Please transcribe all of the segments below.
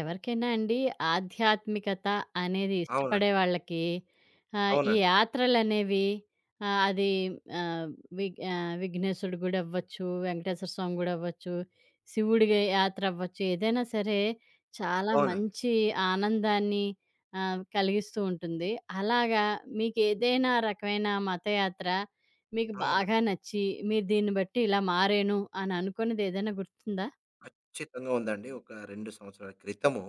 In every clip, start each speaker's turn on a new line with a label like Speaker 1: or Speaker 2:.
Speaker 1: ఎవరికైనా అండి ఆధ్యాత్మికత అనేది ఇష్టపడే
Speaker 2: అవునండి.
Speaker 1: వాళ్ళకి ఈ
Speaker 2: అవునండి.
Speaker 1: యాత్రలనేవి అది ఆహ్, విఘ్నేశ్వరుడి గుడి అవ్వచ్చు, వెంకటేశ్వర స్వామి గుడి అవ్వచ్చు, శివుడి యాత్ర అవ్వచ్చు, ఏదైనా సరే చాలా
Speaker 2: అవునండి.
Speaker 1: మంచి ఆనందాన్ని కలిగిస్తూ ఉంటుంది. అలాగా మీకేదైనా రకమైన మతయాత్ర మీకు బాగా
Speaker 2: అవునండి.
Speaker 1: నచ్చి, మీరు దీన్ని బట్టి ఇలా మారాను అని అనుకున్నది ఏదైనా గుర్తుందా?
Speaker 2: ఖచ్చితంగా ఉందండి. ఒక 2 సంవత్సరాల క్రితము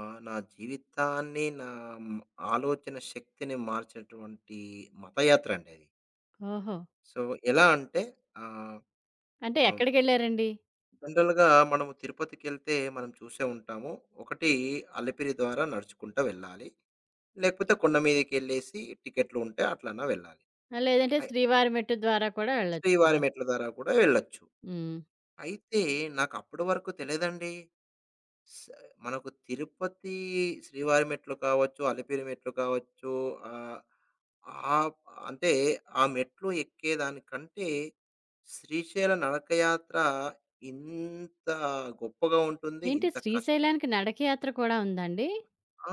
Speaker 2: నా జీవితాన్ని, నా హ్మ్, ఆలోచన శక్తిని మార్చినటువంటి మతయాత్ర అండి అది.
Speaker 1: ఓహో!
Speaker 2: సో, ఎలా అంటే ఆహ్,
Speaker 1: అంటే
Speaker 2: హ్మ్,
Speaker 1: ఎక్కడికెళ్లారండి?
Speaker 2: జనరల్‌గా మనము తిరుపతికెళ్తే మనం చూసే ఉంటాము. ఒకటి అలిపిరి ద్వారా నడుచుకుంటా వెళ్ళాలి. లేకపోతే కొండ మీదకెళ్ళేసి టికెట్లు ఉంటే అట్లన్నా వెళ్ళాలి.
Speaker 1: ఆ! లేదంటే
Speaker 2: అయి
Speaker 1: శ్రీవారి మెట్టు ద్వారా కూడా వెళ్ళొచ్చు
Speaker 2: శ్రీవారి
Speaker 1: కదా!
Speaker 2: మెట్ల ద్వారా కూడా వెళ్ళొచ్చు.
Speaker 1: హ్మ్.
Speaker 2: అయితే నాకు అప్పటి వరకు తెలీదండి. స్ మనకు తిరుపతి శ్రీవారి మెట్లు కావచ్చు, అలిపిరి మెట్లు కావచ్చు, ఆహ్, ఆప్ అంటే ఆ మెట్లు ఎక్కేదానికంటే శ్రీశైల నడకయాత్ర ఇంత గొప్పగా ఉంటుంది.
Speaker 1: ఏంటి
Speaker 2: ఇంత కష్ట
Speaker 1: శ్రీశైలానికి నడకయాత్ర కూడా ఉందాండి?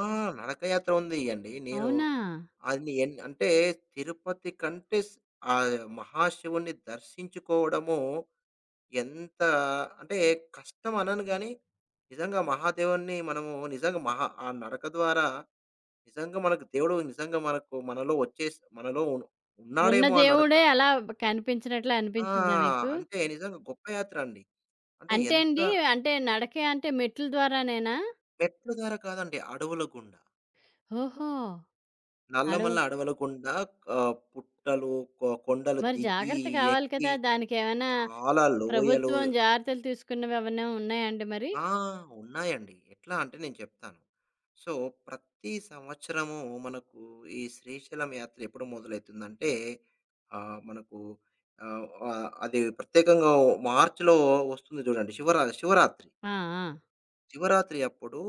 Speaker 2: ఆ! నడకయాత్ర ఉందియండి. నేను
Speaker 1: అవునా?
Speaker 2: అది అంటే తిరుపతి కంటే మహాశివుడిని దర్శించుకోవడము ఎంత అంటే కష్టం అనను గానీ, నిజంగా మహాదేవుడిని మనము నిజంగా మహా ఆ నడక ద్వారా నిజంగా మనకు దేవుడు నిజంగా మనకు మనలో వచ్చేసి మనలో
Speaker 1: ఉన్న
Speaker 2: ఉన్నాడేమో ఆ నడక.
Speaker 1: దేవుడే అలా కనిపించినట్లు
Speaker 2: ఆ!
Speaker 1: అనిపించిందా మీకు?
Speaker 2: అంటే నిజంగా గొప్ప యాత్ర అండి. అంటే
Speaker 1: అంటే
Speaker 2: ఎంత
Speaker 1: అండి అంటే నడక అంటే మెట్ల ద్వారానేనా?
Speaker 2: మెట్ల ద్వారా కాదండి, అడవుల గుండా.
Speaker 1: ఓహో!
Speaker 2: నల్లమల్ల
Speaker 1: అడవులు
Speaker 2: అడవుల గుండా పుట్టలు, కొండలు
Speaker 1: మరి
Speaker 2: దిగి,
Speaker 1: జాగ్రత్త కావాలి
Speaker 2: ఎక్కి
Speaker 1: కదా! దానికేమైనా
Speaker 2: చాలా లోయలు
Speaker 1: ప్రభుత్వం జాగ్రత్తలు తీసుకున్నవి ఏమన్నా ఉన్నాయాండి మరి?
Speaker 2: ఆ! ఉన్నాయండి. ఎట్లా అంటే నేను చెప్తాను. సో, ప్రతి సంవత్సరము మనకు ఈ శ్రీశైలం యాత్ర ఎప్పుడు మొదలైతుందంటే మనకు ఆహ్, ఆహ్, అది ప్రత్యేకంగా మార్చ్‌లో వస్తుంది చూడండి. శివరాత్రి.
Speaker 1: ఆ! ఆ!
Speaker 2: శివరాత్రి అప్పుడు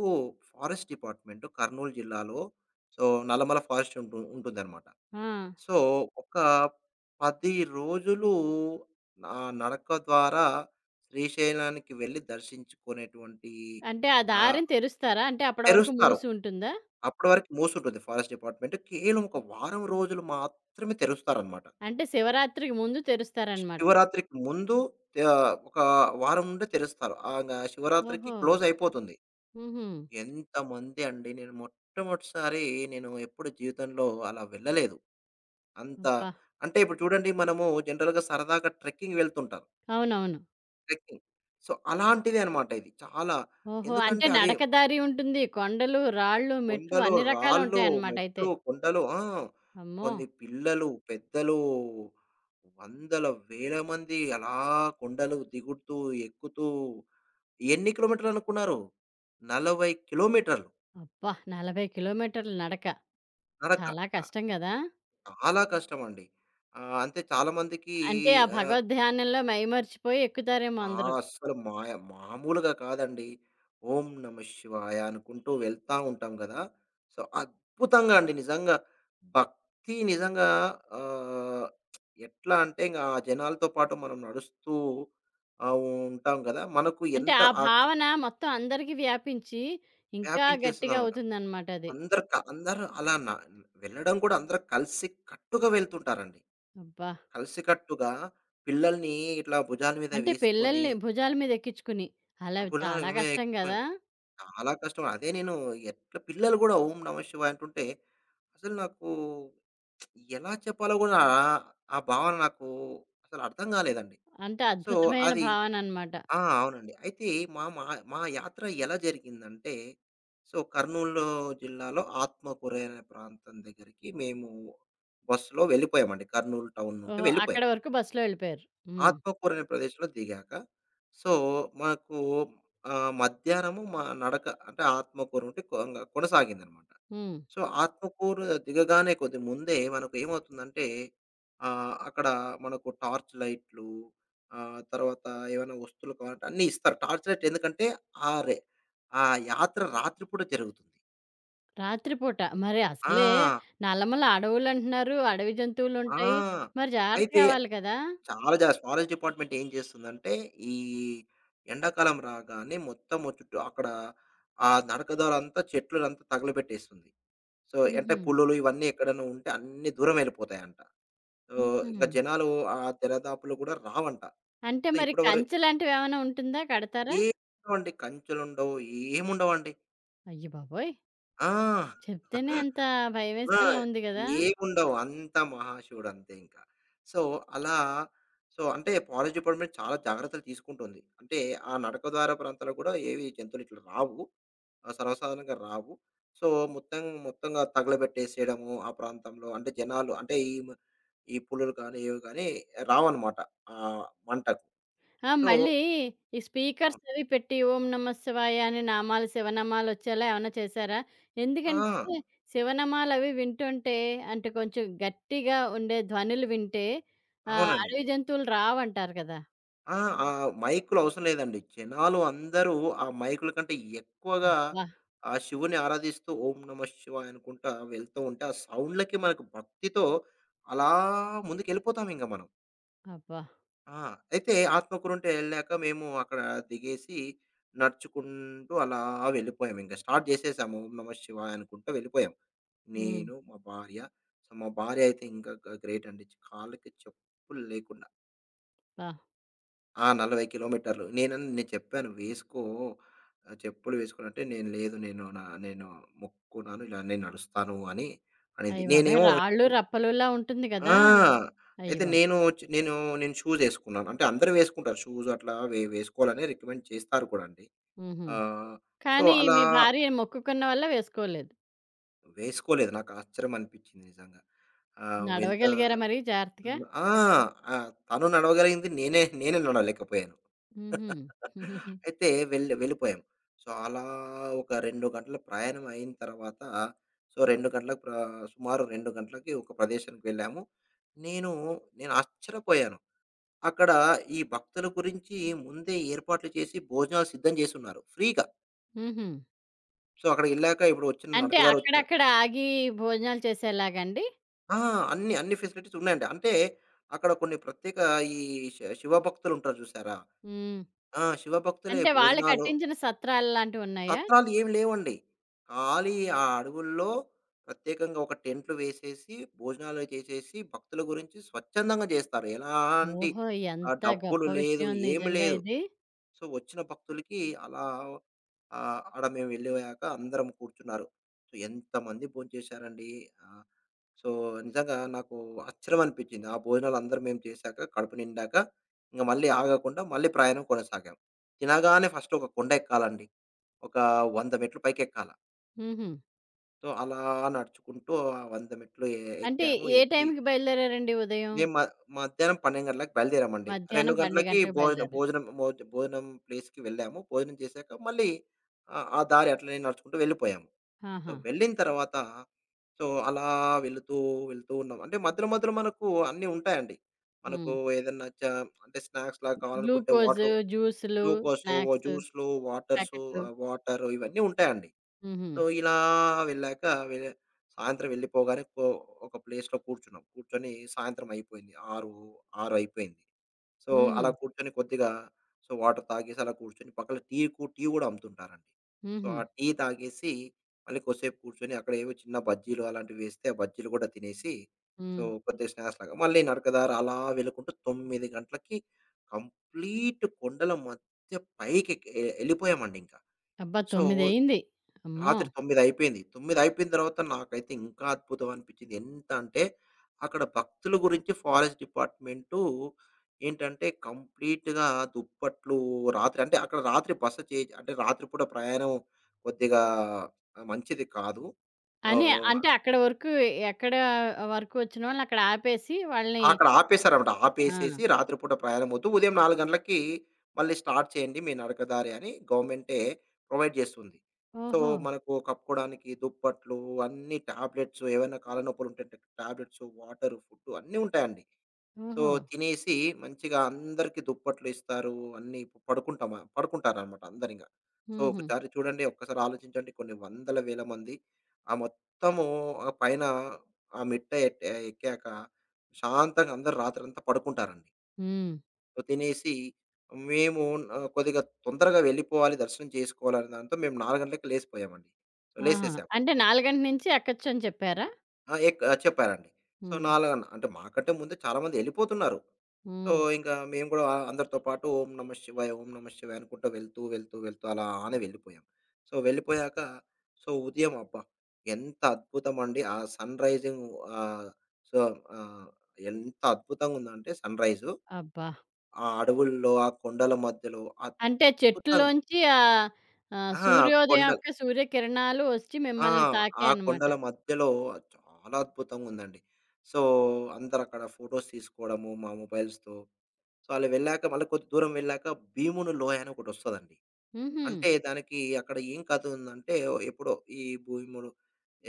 Speaker 2: ఫారెస్ట్ డిపార్ట్మెంట్ కర్నూలు జిల్లాలో సో, నల్లమల ఫారెస్ట్ ఉంటుందన్నమాట.
Speaker 1: ఆ!
Speaker 2: సో, ఒక 10 రోజులు నా నడక ద్వారా శ్రీశైలానికి వెళ్లి దర్శించుకునేటువంటి
Speaker 1: అంటే ఆ
Speaker 2: ఆహ్,
Speaker 1: దారిని తెరుస్తారా? అంటే అప్పటి వరకు
Speaker 2: తెరుస్తారు.
Speaker 1: మూసి ఉంటుందా?
Speaker 2: అప్పటి వరకు మూసుంటుంది ఫారెస్ట్ డిపార్ట్‌మెంట్. కేవలం ఒక వారం రోజులు మాత్రమే తెరుస్తారన్నమాట.
Speaker 1: అంటే శివరాత్రికి ముందు తెరుస్తారనమాట.
Speaker 2: శివరాత్రికి ముందు ఒక వారం నుండే తెరుస్తారు. ఇంగ శివరాత్రికి
Speaker 1: ఓహో!
Speaker 2: క్లోజ్ అయిపోతుంది.
Speaker 1: హుహు.
Speaker 2: ఎంతమంది అండి! నేను మొట్టమొదటిసారి నేను ఎప్పుడు జీవితంలో అలా వెళ్ళలేదు. అంత
Speaker 1: అబ్బా!
Speaker 2: అంటే ఇప్పుడు చూడండి మనము జనరల్‌గా సరదాగా ట్రెక్కింగ్ వెళ్తుంటాం.
Speaker 1: అవునవును.
Speaker 2: ట్రెక్కింగ్. సో, అలాంటిదే అనమాట ఇది. చాలా
Speaker 1: ఓహో! అంటే
Speaker 2: ఎందుకంటే అదే
Speaker 1: నడక దారి ఉంటుంది. కొండలు, రాళ్ళు, మెట్లు
Speaker 2: కొండలు,
Speaker 1: అన్ని
Speaker 2: రాళ్ళు,
Speaker 1: రకాలుంటాయన్నమాట అయితే.
Speaker 2: మెట్లు, కొండలు ఆ!
Speaker 1: అమ్మో!
Speaker 2: కొన్ని పిల్లలు, పెద్దలు, వందల, వేల మంది అలా కొండలు దిగుతూ, ఎక్కుతూ ఎన్ని కిలోమీటర్లు అనుకున్నారు? 40 కిలోమీటర్లు
Speaker 1: అబ్బా! 40 కిలోమీటర్లు నడక.
Speaker 2: నడక.
Speaker 1: చాలా
Speaker 2: ఆహ్,
Speaker 1: కష్టం గదా!
Speaker 2: చాలా కష్టమండి. అంటే చాలా మందికి
Speaker 1: అంటే ఆ
Speaker 2: ఆహ్
Speaker 1: భగవద్ ధ్యానంలో మైమర్చిపోయి ఎక్కుతారేమో
Speaker 2: ఆ!
Speaker 1: అందరూ.
Speaker 2: అస్సలు మాయ మామూలుగా కాదండి. ఓం నమః శివాయ అనుకుంటూ వెళ్తా ఉంటాం గదా! సో, అద్భుతంగా అండి నిజంగా. భక్తి నిజంగా ఆహ్, ఎట్లా అంటే ఇంగ ఆ జనాలతో పాటు మనం నడుస్తూ ఆహ్, ఉంటాం గదా! మనకు
Speaker 1: అంటే
Speaker 2: ఎంత
Speaker 1: ఆ
Speaker 2: ఆహ్, క
Speaker 1: భావన మొత్తం అందరికీ వ్యాపించి ఇంకా గట్టిగా
Speaker 2: వ్యాపించేస్తుందనమాట.
Speaker 1: అవుతుందన్నమాట అది.
Speaker 2: అందరు అందరూ అలా వెళ్ళడం కూడా అందరూ కలిసి కట్టుగా వెళ్తుంటారండి.
Speaker 1: అబ్బా!
Speaker 2: కలిసికట్టుగా పిల్లల్ని ఇట్లా భుజాల మీద
Speaker 1: అంటే
Speaker 2: వేసుకొని,
Speaker 1: పిల్లల్ని భుజాల మీద ఎక్కించుకుని.
Speaker 2: ఆ!
Speaker 1: అలా
Speaker 2: భుజాల
Speaker 1: చాలా
Speaker 2: మీద
Speaker 1: కష్టం గదా!
Speaker 2: చాలా కష్టం. అదే నేను ఎట్లా పిల్లలు గూడా ఓం నమ శివాయ అంటుంటే, అసలు నాకు ఎలా చెప్పాలో గూడా ఆ భావన నాకు అసలు అర్థం గాలేదండి.
Speaker 1: అంటే
Speaker 2: సో,
Speaker 1: అద్భుతమైన
Speaker 2: అది
Speaker 1: భావనన్నమాట.
Speaker 2: అవునా? ఆ! అవునండి. అయితే మా మా మా యాత్ర ఎలా జరిగిందంటే, సో, కర్నూలు జిల్లాలో ఆత్మకూరు అనే ప్రాంతం దగ్గరికి మేము బస్సులో వెళ్ళిపోయామండి. కర్నూలు టౌన్ నుండి
Speaker 1: ఓహో!
Speaker 2: వెళ్ళిపోయాం.
Speaker 1: అక్కడి వరకు బస్సులో వెళ్ళిపోయారు. హ్మ్.
Speaker 2: ఆత్మకూరు అనే ప్రదేశంలో దిగాక, సో, మాకు మధ్యాహ్నము మా నడక అంటే ఆత్మకూరు ఉంటే కొనసాగిందనమాట.
Speaker 1: హ్మ్.
Speaker 2: సో, ఆత్మకూరు దిగగానే కొద్ది ముందే మనకు ఏమవుతుందంటే, అక్కడ మనకు టార్చ్ లైట్లు తర్వాత ఏమైనా వస్తువులు కావాలంటే అన్నీ ఇస్తారు. టార్చ్ లైట్ ఎందుకంటే ఆ రె ఆ యాత్ర రాత్రిపూట జరుగుతుంది.
Speaker 1: రాత్రి పూట. మరి
Speaker 2: ఆ!
Speaker 1: అసలే నల్లమల అడవులంటున్నారు. అడవి జంతువులుంటాయి.
Speaker 2: ఆ!
Speaker 1: మరి జాగ్రత్త
Speaker 2: అయితే
Speaker 1: కావాలి కదా!
Speaker 2: చాలా జాస్ ఫారెస్ట్ డిపార్ట్‌మెంట్ ఏం చేస్తుందంటే, ఈ ఎండాకాలం రాగానే మొత్తము చుట్టూ అక్కడ ఆ నడకదారంతా చెట్లనంతా తగలబెట్టేస్తుంది. సో, అంటే
Speaker 1: హుహు.
Speaker 2: పులులు ఇవన్నీ ఎక్కడైనా ఉంటే అన్నీ దూరం వెళ్ళిపోతాయంట. సో,
Speaker 1: హుహు.
Speaker 2: ఇంకా జనాలు ఆ తెరదాపులు కూడా రావంట.
Speaker 1: అంటే
Speaker 2: సో,
Speaker 1: మరి
Speaker 2: ఇప్పటి వరకు
Speaker 1: కంచె లాంటివేమైనా ఉంటుందా? కడతారా?
Speaker 2: ఏం ఉండవండి. కంచెలుండవు, ఏముండవండి.
Speaker 1: అయ్యబాబోయ్!
Speaker 2: ఆ!
Speaker 1: చెప్తేనే అంత
Speaker 2: ఆ!
Speaker 1: భయమేసేలా ఉంది గదా!
Speaker 2: ఏముండవు. అంతా మహాశివుడు అంతే ఇంకా. సో, అలా సో, అంటే ఫారెస్ట్ డిపార్ట్‌మెంట్ చాలా జాగ్రత్తలు తీసుకుంటుంది. అంటే ఆ నడక ద్వార ప్రాంతాల్లో కూడా ఏవి జంతువులు ఇట్లా రావు. సర్వసాధారణంగా రావు. సో, మొత్తంగా తగలబెట్టేసేయడము ఆ ప్రాంతంలో. అంటే జనాలు అంటే ఈ పులులు కానీ, ఏవి కానీ రావన్నమాట. ఆ మంటకు.
Speaker 1: ఆ!
Speaker 2: సో
Speaker 1: మళ్ళీ ఈ స్పీకర్స్
Speaker 2: అవును.
Speaker 1: అవి పెట్టి ఓం నమ శివాయ అని నామాలు, శివనామాలొచ్చేలా ఏమన్నా చేశారా?
Speaker 2: ఆ!
Speaker 1: ఎందుకంటే శివనామాలవి వింటుంటే అంటే కొంచెం గట్టిగా ఉండే ధ్వనులు వింటే
Speaker 2: అవునండి.
Speaker 1: అడవి జంతువులు రావంటారు కదా!
Speaker 2: ఆ! ఆ మైకులు అవసరం లేదండి. జనాలు అందరూ ఆ మైకుల కంటే ఎక్కువగా
Speaker 1: అబ్బా!
Speaker 2: ఆ శివుని ఆరాధిస్తూ ఓం నమః శివాయ అనుకుంటా వెళ్తూ ఉంటే, ఆ సౌండ్‌లకి మనకు భక్తితో అలా ముందుకెళ్ళిపోతామింక మనం.
Speaker 1: అబ్బా!
Speaker 2: ఆ! అయితే ఆత్మకూరుంట ఎళ్ళాక మేము అక్కడ దిగేసి, నడుచుకుంటూ అలా వెళ్ళిపోయామింక. స్టార్ట్ చేసేసాము. ఓం నమః శివాయ అనుకుంటూ వెళ్ళిపోయాం.
Speaker 1: హ్మ్.
Speaker 2: నేను, మా భార్య. సో, మా భార్య అయితే ఇంకా గ్రేట్ అండి. కాళ్ళకి చెప్పులు లేకుండా
Speaker 1: అబ్బా!
Speaker 2: ఆ! 40 కిలోమీటర్లు. నేను చెప్పాను, "వేసుకో చెప్పులు వేసుకో" అంటే, "నేను లేదు. నేను మొక్కుకున్నాను. ఇలా నేను నడుస్తాను" అని అనేది.
Speaker 1: అయ్య బాబోయ్!
Speaker 2: నేనేమో
Speaker 1: రాళ్ళు
Speaker 2: చెప్పులు
Speaker 1: రప్పలులా ఉంటుంది
Speaker 2: ఆ!
Speaker 1: గదా! అయ్య
Speaker 2: అయితే
Speaker 1: బాబోయ్!
Speaker 2: నేను నేను షూస్ ఏసుకున్నాను. అంటే అందరూ వేసుకుంటారు. షూస్ అట్లా వేసుకోవాలని రికమెండ్ చేస్తారు కూడా అండి.
Speaker 1: హుహు.
Speaker 2: ఆహ్, సో,
Speaker 1: కానీ
Speaker 2: అలా
Speaker 1: మీ భార్య మొక్కుకున్న వల్ల వేసుకోలేదు.
Speaker 2: వేసుకోలేదు. నాకు ఆశ్చర్యం అనిపిచ్చింది నిజంగా. ఎంత
Speaker 1: నడవగలిగారా మరి జాగ్రత్తగా?
Speaker 2: హ్మ్. ఆ! ఆ! తను నడవగలిగింది నేనే నేనే నడవలేకపోయాను.
Speaker 1: హుహు.
Speaker 2: అయితే వెళ్ళిపోయాం. సో, అలా ఒక 2 గంటల ప్రయాణం అయిన తర్వాత, సో, 2 గంటలకు ప్ర సుమారు 2 గంటలకి ఒక ప్రదేశానికి వెళ్ళాము. నేను, నేను ఆశ్చర్యపోయాను. అక్కడ ఈ భక్తుల గురించి ముందే ఏర్పాట్లు చేసి భోజనాలు సిద్ధం చేసున్నారు ఫ్రీగా.
Speaker 1: హుహు.
Speaker 2: సో, అక్కడికెళ్ళాక ఇప్పుడు వచ్చిన
Speaker 1: అంటే
Speaker 2: నడకదారి వచ్చిన
Speaker 1: అక్కడక్కడ ఆగి భోజనాలు చేసేలాగండి?
Speaker 2: ఆ! అన్ని ఫెసిలిటీస్ ఉన్నాయండి. అంటే అక్కడ కొన్ని ప్రత్యేక ఈ శివ భక్తులుంటారు చూసారా?
Speaker 1: హ్మ్.
Speaker 2: ఆ! శివ భక్తులే
Speaker 1: అంటే వాళ్ళు
Speaker 2: భోజనాలు
Speaker 1: కట్టించిన సత్రాల్లాంటివున్నాయా?
Speaker 2: సత్రాలు ఏమి లేవండి. ఖాళీ ఆ అడవుల్లో ప్రత్యేకంగా ఒక టెంట్లు వేసేసి, భోజనాలు చేసేసి, భక్తుల గురించి స్వచ్ఛందంగా చేస్తారు. ఎలాంటి
Speaker 1: ఓహో! ఎంత
Speaker 2: డబ్బులు
Speaker 1: గొప్ప
Speaker 2: లేదు,
Speaker 1: విషయం
Speaker 2: ఏమి
Speaker 1: నిజంగా
Speaker 2: లేదు.
Speaker 1: ఇది.
Speaker 2: సో, వచ్చిన భక్తులకి అలా ఆడ మేము వెళ్ళిపోయాక అందరం కూర్చున్నారు. సో, ఎంతమంది భోంచేశారండి. ఆహ్, సో, నిజంగా నాకు ఆశ్చర్యం అనిపించింది. ఆ భోజనాలు అందరం మేము చేశాక, కడుపు నిండాక ఇంక మళ్ళీ ఆగకుండా మళ్ళీ ప్రయాణం కొనసాగాం. తినగానే ఫస్ట్ ఒక కొండ ఎక్కాలండి. ఒక 100 మెట్లు పైకెక్కాల.
Speaker 1: హుహు.
Speaker 2: సో, అలా నడుచుకుంటూ ఆ 100 మెట్లు
Speaker 1: అంటే
Speaker 2: ఎక్కాము.
Speaker 1: ఏ
Speaker 2: ఎక్కి
Speaker 1: టైంకి బయలుదేరారండి ఉదయం?
Speaker 2: మేము మ మధ్యాహ్నం 12 గంటలకు బయలుదేరామండి. 2
Speaker 1: మధ్యాహ్నం 12
Speaker 2: గంటలకి
Speaker 1: గంటలకు
Speaker 2: భోజనం
Speaker 1: బయలుదేరారు.
Speaker 2: భోజనం మోజ్ భోజనం ప్లేస్‌కి వెళ్ళాము. భోజనం చేశాక మళ్ళీ ఆ దారి అట్లనే నడుచుకుంటూ వెళ్ళిపోయాము. సో,
Speaker 1: ఆహా!
Speaker 2: వెళ్ళిన తర్వాత సో, అలా వెళుతూ, వెళుతూ ఉన్నాం. అంటే మధ్యలో, మధ్యలో మనకు అన్నీ ఉంటాయండి. మనకు
Speaker 1: హ్మ్.
Speaker 2: ఏదన్నా చ అంటే స్నాక్స్‌లాగా కావాలనుకుంటే
Speaker 1: గ్లూకోజు,
Speaker 2: వాటర్
Speaker 1: జ్యూసులు,
Speaker 2: గ్లూకోసో,
Speaker 1: స్నాక్సు,
Speaker 2: జ్యూస్‌లు, వాటర్సు
Speaker 1: ప్యాకెట్లు.
Speaker 2: వాటరు ఇవన్నీ ఉంటాయండి.
Speaker 1: హుహు.
Speaker 2: సో, ఇలా వెళ్ళాక వె సాయంత్రం వెళ్ళిపోగానే ఒక ప్లేస్‌లో కూర్చున్నాం. కూర్చొని సాయంత్రం అయిపోయింది. 6 అయిపోయింది. సో,
Speaker 1: హుహు.
Speaker 2: అలా కూర్చొని కొద్దిగా సో, వాటర్ తాగేసి అలా కూర్చొని పక్కన టీ గూడా అమ్ముతుంటారండి. సో,
Speaker 1: హుహు.
Speaker 2: ఆ టీ తాగేసి మళ్ళీ కొద్దిసేపు కూర్చొని అక్కడ ఏవో చిన్న బజ్జీలు అలాంటివి వేస్తే ఆ బజ్జీలు కూడా తినేసి సో,
Speaker 1: హ్మ్.
Speaker 2: కొద్దిగా స్నాక్స్ లాగా మళ్ళీ నడకదారి అలా వెళ్ళుకుంటూ 9 గంటలకి కంప్లీట్ కొండల మధ్య పైకి ఎక్ ఎ ఎళ్ళిపోయామండింకా.
Speaker 1: అబ్బా!
Speaker 2: సో
Speaker 1: 9 అయింది. అమ్మో!
Speaker 2: రాత్రి 9 అయిపోయింది. 9 అయిపోయిన తర్వాత నాకైతే ఇంకా అద్భుతం అనిపించింది. ఎంత అంటే అక్కడ భక్తుల గురించి ఫారెస్ట్ డిపార్ట్‌మెంటు ఏంటంటే కంప్లీట్‌గా దుప్పట్లు రాత్రి అంటే అక్కడ రాత్రి బస చే అంటే రాత్రిపూట ప్రయాణం కొద్దిగా మంచిది కాదు.
Speaker 1: అని అంటే
Speaker 2: ఆహ్
Speaker 1: అక్కడ వరకు ఎక్కడ వరకు వచ్చినోళ్ళని అక్కడ ఆపేసి వాళ్ళని
Speaker 2: అక్కడ ఆపేశారన్నమాట.
Speaker 1: ఆ!
Speaker 2: ఆపేసేసి రాత్రిపూట ప్రయాణమొద్దు. ఉదయం 4 గంటలకి మళ్ళీ స్టార్ట్ చేయండి మీ నడకదారి అని గవర్నమెంటే ప్రొవైడ్ చేస్తుంది. సో,
Speaker 1: ఓహో!
Speaker 2: మనకు కప్పుకోడానికి దుప్పట్లు, అన్ని టాబ్లెట్స్ ఏవైనా కాళ్ళ నొప్పులుంటే టాబ్లెట్స్, వాటర్, ఫుడ్ అన్నీ ఉంటాయండి. సో,
Speaker 1: ఓహో!
Speaker 2: తినేసి మంచిగా అందరికి దుప్పట్లు ఇస్తారు. అన్నీ పడుకుంటారనమాట అందరింగ. సో,
Speaker 1: హుహు.
Speaker 2: ఒకసారి చూడండి, ఒక్కసారి ఆలోచించండి కొన్ని వందల వేల మంది ఆ మొత్తము ఆ పైన ఆ మెట్ట ఎట్ ఎక్కాక శాంతంగా అందరూ రాత్రంతా పడుకుంటారండి.
Speaker 1: హ్మ్.
Speaker 2: సో, తినేసి మేము కొద్దిగా తొందరగా వెళ్ళిపోవాలి, దర్శనం చేసుకోవాలనే దాంతో మేము 4 గంటలకి లేసిపోయామండి. సో,
Speaker 1: ఆహా!
Speaker 2: లేసేసాం.
Speaker 1: అంటే 4 గంటల నుంచి ఎక్కొచ్చని చెప్పారా?
Speaker 2: ఆ! చెప్పారండి. సో,
Speaker 1: హ్మ్.
Speaker 2: 4 అంటే మాకంటే ముందే చాలా మంది ఎళ్ళిపోతున్నారు. సో,
Speaker 1: హ్మ్.
Speaker 2: ఇంకా మేము కూడా అందరితో పాటు ఓం నమః శివాయ, ఓం నమః శివాయ అనుకుంటూ వెళ్తూ, వెళ్తూ, వెళ్తూ అలానే వెళ్ళిపోయాం. సో, వెళ్ళిపోయాక సో, ఉదయం అబ్బా! ఎంత అద్భుతమండి. ఆ సన్‌రైజింగ్ ఆహ్, సో, ఆహ్, ఎంత అద్భుతంగుందంటే సన్‌రైజు.
Speaker 1: అబ్బా!
Speaker 2: ఆ అడవుల్లో, ఆ కొండల మధ్యలో
Speaker 1: అంటే
Speaker 2: అద్భుతంగా
Speaker 1: చెట్టులోంచి
Speaker 2: ఆ!
Speaker 1: సూర్యోదయం
Speaker 2: కొండ
Speaker 1: యొక్క సూర్యకిరణాలు వచ్చి
Speaker 2: ఆ!
Speaker 1: మిమ్మల్ని
Speaker 2: ఆ
Speaker 1: తాకాయన్నమాట.
Speaker 2: కొండల మధ్యలో చాలా అద్భుతంగుందండి. సో, అందరక్కడ ఫోటోస్ తీసుకోవడము మా మొబైల్స్‌తో సో, అలా వెళ్ళాక మళ్ళీ కొద్ది దూరం వెళ్ళాక భీముని లోయ అని ఒకటొస్తదండి.
Speaker 1: హుహు.
Speaker 2: అంటే దానికి అక్కడ ఏం కథ ఉందంటే ఎప్పుడో ఈ భీముడు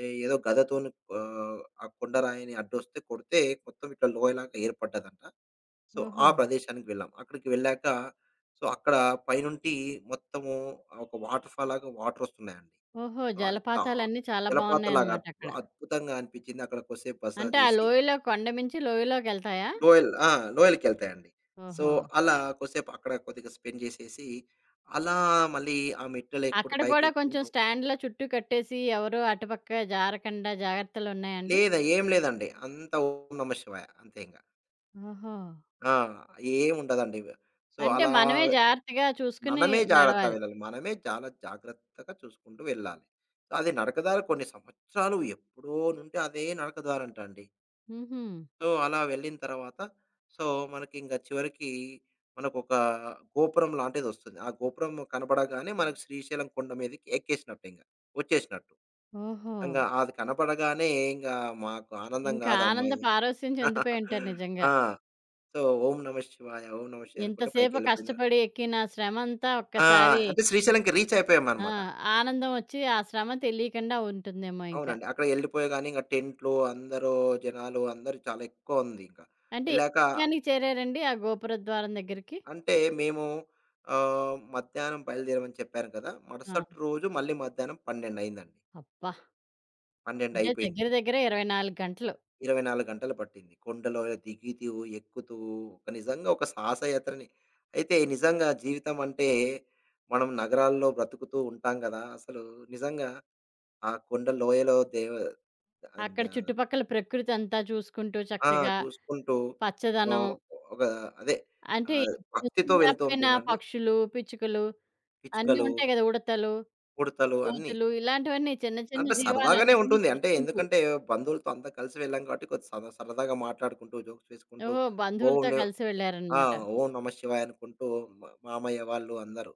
Speaker 2: ఏదో గదతోని ఆ కొండరాయిని అడ్డొస్తే కొడితే మొత్తం ఇట్లా లోయలాగా ఏర్పడ్డదంట. సో, ఆ
Speaker 1: ఓహో!
Speaker 2: ప్రదేశానికి వెళ్ళాం. అక్కడికి వెళ్ళాక సో, అక్కడ పైనుండి మొత్తము ఒక వాటర్ ఫాల్ లాగా వాటరొస్తున్నాయండి.
Speaker 1: ఓహో!
Speaker 2: సో, అది చా
Speaker 1: జలపాతాలన్నీ చాలా
Speaker 2: జలపాతంలాగా
Speaker 1: బావున్నాయన్నమాట అక్కడ.
Speaker 2: అద్భుతంగా అనిపించింది. అక్కడ కొద్దిసేపు బస
Speaker 1: అంటే ఆ
Speaker 2: చేసి
Speaker 1: లోయలో కొండ మించి లోయలోకెళ్తాయా?
Speaker 2: ఆ! లోయల్‌కెళ్తాయండి. సో,
Speaker 1: ఓహో!
Speaker 2: అలా కొద్దిసేపు అక్కడ కొద్దిగా స్పెండ్ చేసేసి, అలా మళ్ళీ ఆ మెట్లెక్కుకుంటూ
Speaker 1: అక్కడ కూడా కొంచెం
Speaker 2: పైకెక్కుంటూ
Speaker 1: స్టాండ్‌లా చుట్టూ కట్టేసి ఎవరు అటుపక్క జారకండా జాగ్రత్తలున్నాయా అండి?
Speaker 2: లేదా ఏం లేదండి. అంతా ఓం నమః శివాయ అంతే ఇంగ.
Speaker 1: ఓహో!
Speaker 2: ఆ! ఏముండదండి. సో,
Speaker 1: అంటే
Speaker 2: అలా
Speaker 1: మనమే జాగ్రత్తగా చూసుకుని
Speaker 2: మనమే జాగ్రత్త
Speaker 1: నడవాలి.
Speaker 2: వెళ్ళాలి. మనమే చాలా జాగ్రత్తగా చూసుకుంటూ వెళ్ళాలి. సో అది నడకదారి కొన్ని సంవత్సరాలు ఎప్పుడో నుండి అదే నడకదారంటండి.
Speaker 1: హుహు.
Speaker 2: సో, అలా వెళ్ళిన తర్వాత సో, మనకింక చివరికి మనకొక గోపురం లాంటిదొస్తుంది. ఆ గోపురం కనపడగానే మనకు శ్రీశైలం కొండ మీదకి ఎక్కేసినట్టు ఇంగ. వచ్చేసినట్టు.
Speaker 1: ఓహో!
Speaker 2: ఇంగ అది కనపడగానే ఇంగ మాకు ఆనందం
Speaker 1: ఇంకా
Speaker 2: కాదు
Speaker 1: ఆనంద
Speaker 2: అమ్మయ్య!
Speaker 1: పారవస్యం చెందిపోయి ఉంటారు నిజంగా.
Speaker 2: ఆ! సో, ఓం నమ శివాయ, ఓం నమ శివాయ అనుకుంట
Speaker 1: ఇంతసేపు
Speaker 2: పైకెళ్ళిపోయింది.
Speaker 1: కష్టపడి ఎక్కిన శ్రమంతా
Speaker 2: ఆ!
Speaker 1: ఒక్కసారి
Speaker 2: అంటే శ్రీశైలంకి రీచ్
Speaker 1: ఆ!
Speaker 2: అయిపోయామనమాట.
Speaker 1: ఆనందం ఒచ్చి ఆ శ్రమ తెలియకుండా ఉంటుందేమో ఇంక.
Speaker 2: అవునండి. అక్కడ ఎళ్ళిపోయగానే ఇంక టెంట్లు అందరూ జనాలు అందరూ చాలా ఎక్కువ ఉంది ఇంక.
Speaker 1: అంటే ఏ
Speaker 2: ఎళ్ళాక
Speaker 1: సమయానికి చేరారండి ఆ గోపురద్వారం దగ్గరికి?
Speaker 2: అంటే మేము మధ్యాహ్నం బయలుదేరామని చెప్పాను కదా!
Speaker 1: ఆ!
Speaker 2: మరుసటి రోజు మళ్ళీ మధ్యాహ్నం 12 అయిందండి.
Speaker 1: అబ్బా!
Speaker 2: 12
Speaker 1: అంటే
Speaker 2: అయిపోయింది.
Speaker 1: దగ్గర దగ్గర 24 గంటలు.
Speaker 2: 24 గంటలు పట్టింది. కొండలో దిగుతూ, ఎక్కుతూ ఒక నిజంగా ఒక సాహసయాత్రని అయితే నిజంగా జీవితం అంటే మనం నగరాల్లో బ్రతుకుతూ ఉంటాం గదా! అసలు నిజంగా ఆ కొండ లోయలో దేవ
Speaker 1: అక్కడ
Speaker 2: ద
Speaker 1: చుట్టుపక్కల ప్రకృతి అంతా చూసుకుంటూ
Speaker 2: ఆ!
Speaker 1: చక్కగా
Speaker 2: చూసుకుంటూ
Speaker 1: పచ్చదనం
Speaker 2: ఆహ్, ఒక అదే
Speaker 1: అంటే
Speaker 2: భక్తితో
Speaker 1: జంతువులు
Speaker 2: వెళ్తాం
Speaker 1: లేకపోయినా
Speaker 2: చూడండి.
Speaker 1: పక్షులు, పిచ్చుకలు అన్నీ
Speaker 2: పిచ్చుకలు,
Speaker 1: ఉంటాయి కదా! ఉడతలు,
Speaker 2: ఉడతలు అన్నీ.
Speaker 1: కోతులు ఇలాంటివన్నీ చిన్న చిన్న
Speaker 2: అంటే సరదాగానే
Speaker 1: జీవాలన్నిటిని
Speaker 2: ఉంటుంది. అంటే
Speaker 1: చూసుకుంటూ.
Speaker 2: ఎందుకంటే బంధువులతో అంతా కలిసి వెళ్ళాం కాబట్టి కొద్ది సరదాగా మాట్లాడుకుంటూ, జోక్స్ వేసుకుంటూ
Speaker 1: ఓహో!
Speaker 2: ఓం
Speaker 1: బంధువులతో
Speaker 2: నే
Speaker 1: కలిసి
Speaker 2: ఆ!
Speaker 1: వెళ్లారనమాట.
Speaker 2: ఓం నమ శివాయ అనుకుంటూ మామయ్య వాళ్ళు అందరూ.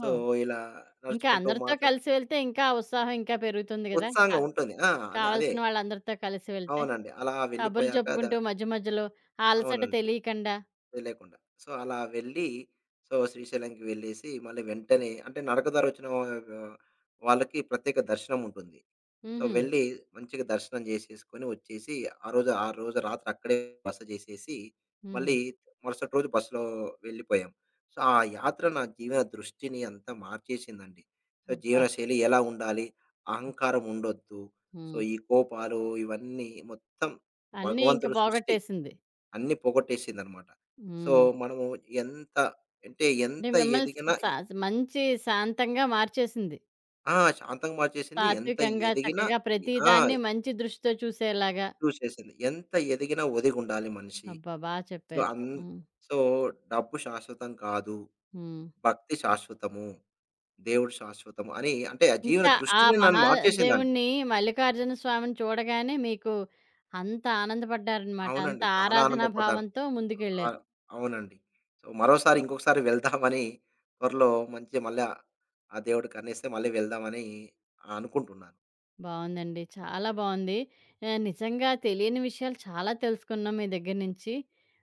Speaker 2: సో, ఇలా
Speaker 1: ఇంకా
Speaker 2: నడుచుకుంటూ
Speaker 1: అందరితో
Speaker 2: మాట్లాడు
Speaker 1: కలిసి వెళ్తే ఇంకా ఉత్సాహం ఇంకా పెరుగుతుంది గదా!
Speaker 2: ఉత్సాహంగా ఉంటుంది. ఆ! అదే, అదే.
Speaker 1: కావాల్సిన వాళ్ళందరితో కలిసి వెళ్తే.
Speaker 2: అవునండి. అలా
Speaker 1: కబుర్లు
Speaker 2: వెళ్ళిపోయాక ద
Speaker 1: చెప్పుకుంటూ మధ్య మధ్యలో ఆ అలసట
Speaker 2: అవునండి.
Speaker 1: తెలియకుండా.
Speaker 2: లేకుండా. సో, అలా వెళ్ళి, సో, శ్రీశైలంకి వెళ్ళేసి, మళ్ళీ వెంటనే అంటే నడక దారొచ్చిన వా వాళ్ళకి ప్రత్యేక దర్శనముంటుంది. సో,
Speaker 1: హుహు.
Speaker 2: వెళ్ళి మంచిగా దర్శనం జేసేసుకొని వచ్చేసి, ఆ రోజు రాత్రి అక్కడే బస జేసేసి,
Speaker 1: హుహు.
Speaker 2: మళ్ళీ మరుసటి రోజు బస్‌లో వెళ్ళిపోయాం. సో, ఆ యాత్ర నా జీవన దృష్టిని అంతా మార్చేసిందండి. సో,
Speaker 1: అబ్బా!
Speaker 2: జీవనశైలి ఎలా ఉండాలి? అహంకారం ఉండొద్దు. సో,
Speaker 1: హ్మ్.
Speaker 2: ఈ కోపాలు ఇవన్నీ మొత్తం
Speaker 1: అన్నీ ఇంక
Speaker 2: భగవంతుడు సృష్టి.
Speaker 1: పోగొట్టేసింది.
Speaker 2: అన్నీ పోగొట్టేసిందనమాట. సో,
Speaker 1: హ్మ్.
Speaker 2: మనము ఎంత అంటే
Speaker 1: అంటే
Speaker 2: ఎంత
Speaker 1: మిమ్మల్ని
Speaker 2: ఎదిగినా
Speaker 1: స
Speaker 2: ఎ
Speaker 1: స మంచి శాంతంగా మార్చేసింది.
Speaker 2: ఆ! శాంతంగా మార్చేసింది. ఎంత
Speaker 1: సాత్వికంగా,
Speaker 2: ఎదిగినా
Speaker 1: చక్కగా ప్రతి
Speaker 2: ఆ!
Speaker 1: దాన్ని మంచి దృష్టితో చూసేలాగా.
Speaker 2: చూసేసింది. ఎంత ఎదిగినా ఒదిగుండాలి మనిషి.
Speaker 1: అబ్బా! బా
Speaker 2: సో,
Speaker 1: చెప్పారు.
Speaker 2: అన్
Speaker 1: హ్మ్.
Speaker 2: సో, డబ్బు శాశ్వతం కాదు.
Speaker 1: హ్మ్.
Speaker 2: భక్తి శాశ్వతము. దేవుడు శాశ్వతం అని అంటే ఆ జీవన
Speaker 1: ఇంకా ఆ
Speaker 2: దృష్టిని నన్ను మార్చేసిందండి.
Speaker 1: మహాదేవుణ్ణి మల్లికార్జున స్వామిని చూడగానే మీకు అంత ఆనందపడ్డారనమాట. అంత
Speaker 2: అవునండి. చాలా
Speaker 1: ఆరాధనా
Speaker 2: ఆనందపడ్డాను.
Speaker 1: భావంతో
Speaker 2: ఆ!
Speaker 1: ముందుకెళ్లారు.
Speaker 2: అవునండి. సో, మరోసారి ఇంకొకసారి వెళ్దామని త్వరలో మంచిగా మళ్ళా ఆ దేవుడు కరుణిస్తే మళ్ళీ వెళ్దామని అనుకుంటున్నాను.
Speaker 1: బావుందండి. చాలా బావుంది. నిజంగా తెలియని విషయాలు చాలా తెలుసుకున్నాం మీ దగ్గర నుంచి.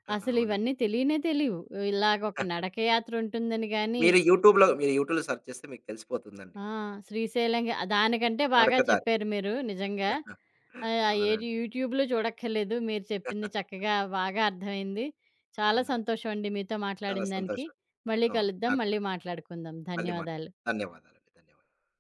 Speaker 1: అసలు
Speaker 2: అవునండి.
Speaker 1: ఇవన్నీ తెలియనే తెలియవు. ఇలాగ ఒక నడకయాత్ర ఉంటుందని గాని
Speaker 2: మీరు యూట్యూబ్‌లో సెర్చ్ చేస్తే మీకు తెలిసిపోతుందండి.
Speaker 1: ఆ! శ్రీశైలం గా దానికంటే బాగా
Speaker 2: నడకదారి.
Speaker 1: చెప్పారు మీరు నిజంగా. ఏది
Speaker 2: అవునండి.
Speaker 1: యూట్యూబ్‌లో చూడక్కర్లేదు. మీరు చెప్పింది చక్కగా బాగా అర్థమైంది. చాలా
Speaker 2: అవునండి.
Speaker 1: సంతోషం అండి మీతో
Speaker 2: చాలా
Speaker 1: మాట్లాడిన దానికి.
Speaker 2: సంతోషం.
Speaker 1: మళ్ళీ
Speaker 2: అవును.
Speaker 1: కలుద్దాం.
Speaker 2: నాకు కూడా.
Speaker 1: మళ్ళీ మాట్లాడుకుందాం.
Speaker 2: మళ్ళీ మాట్లాడదాం.
Speaker 1: ధన్యవాదాలు.
Speaker 2: ధన్యవాదాలండి. ధన్యవాదాలు.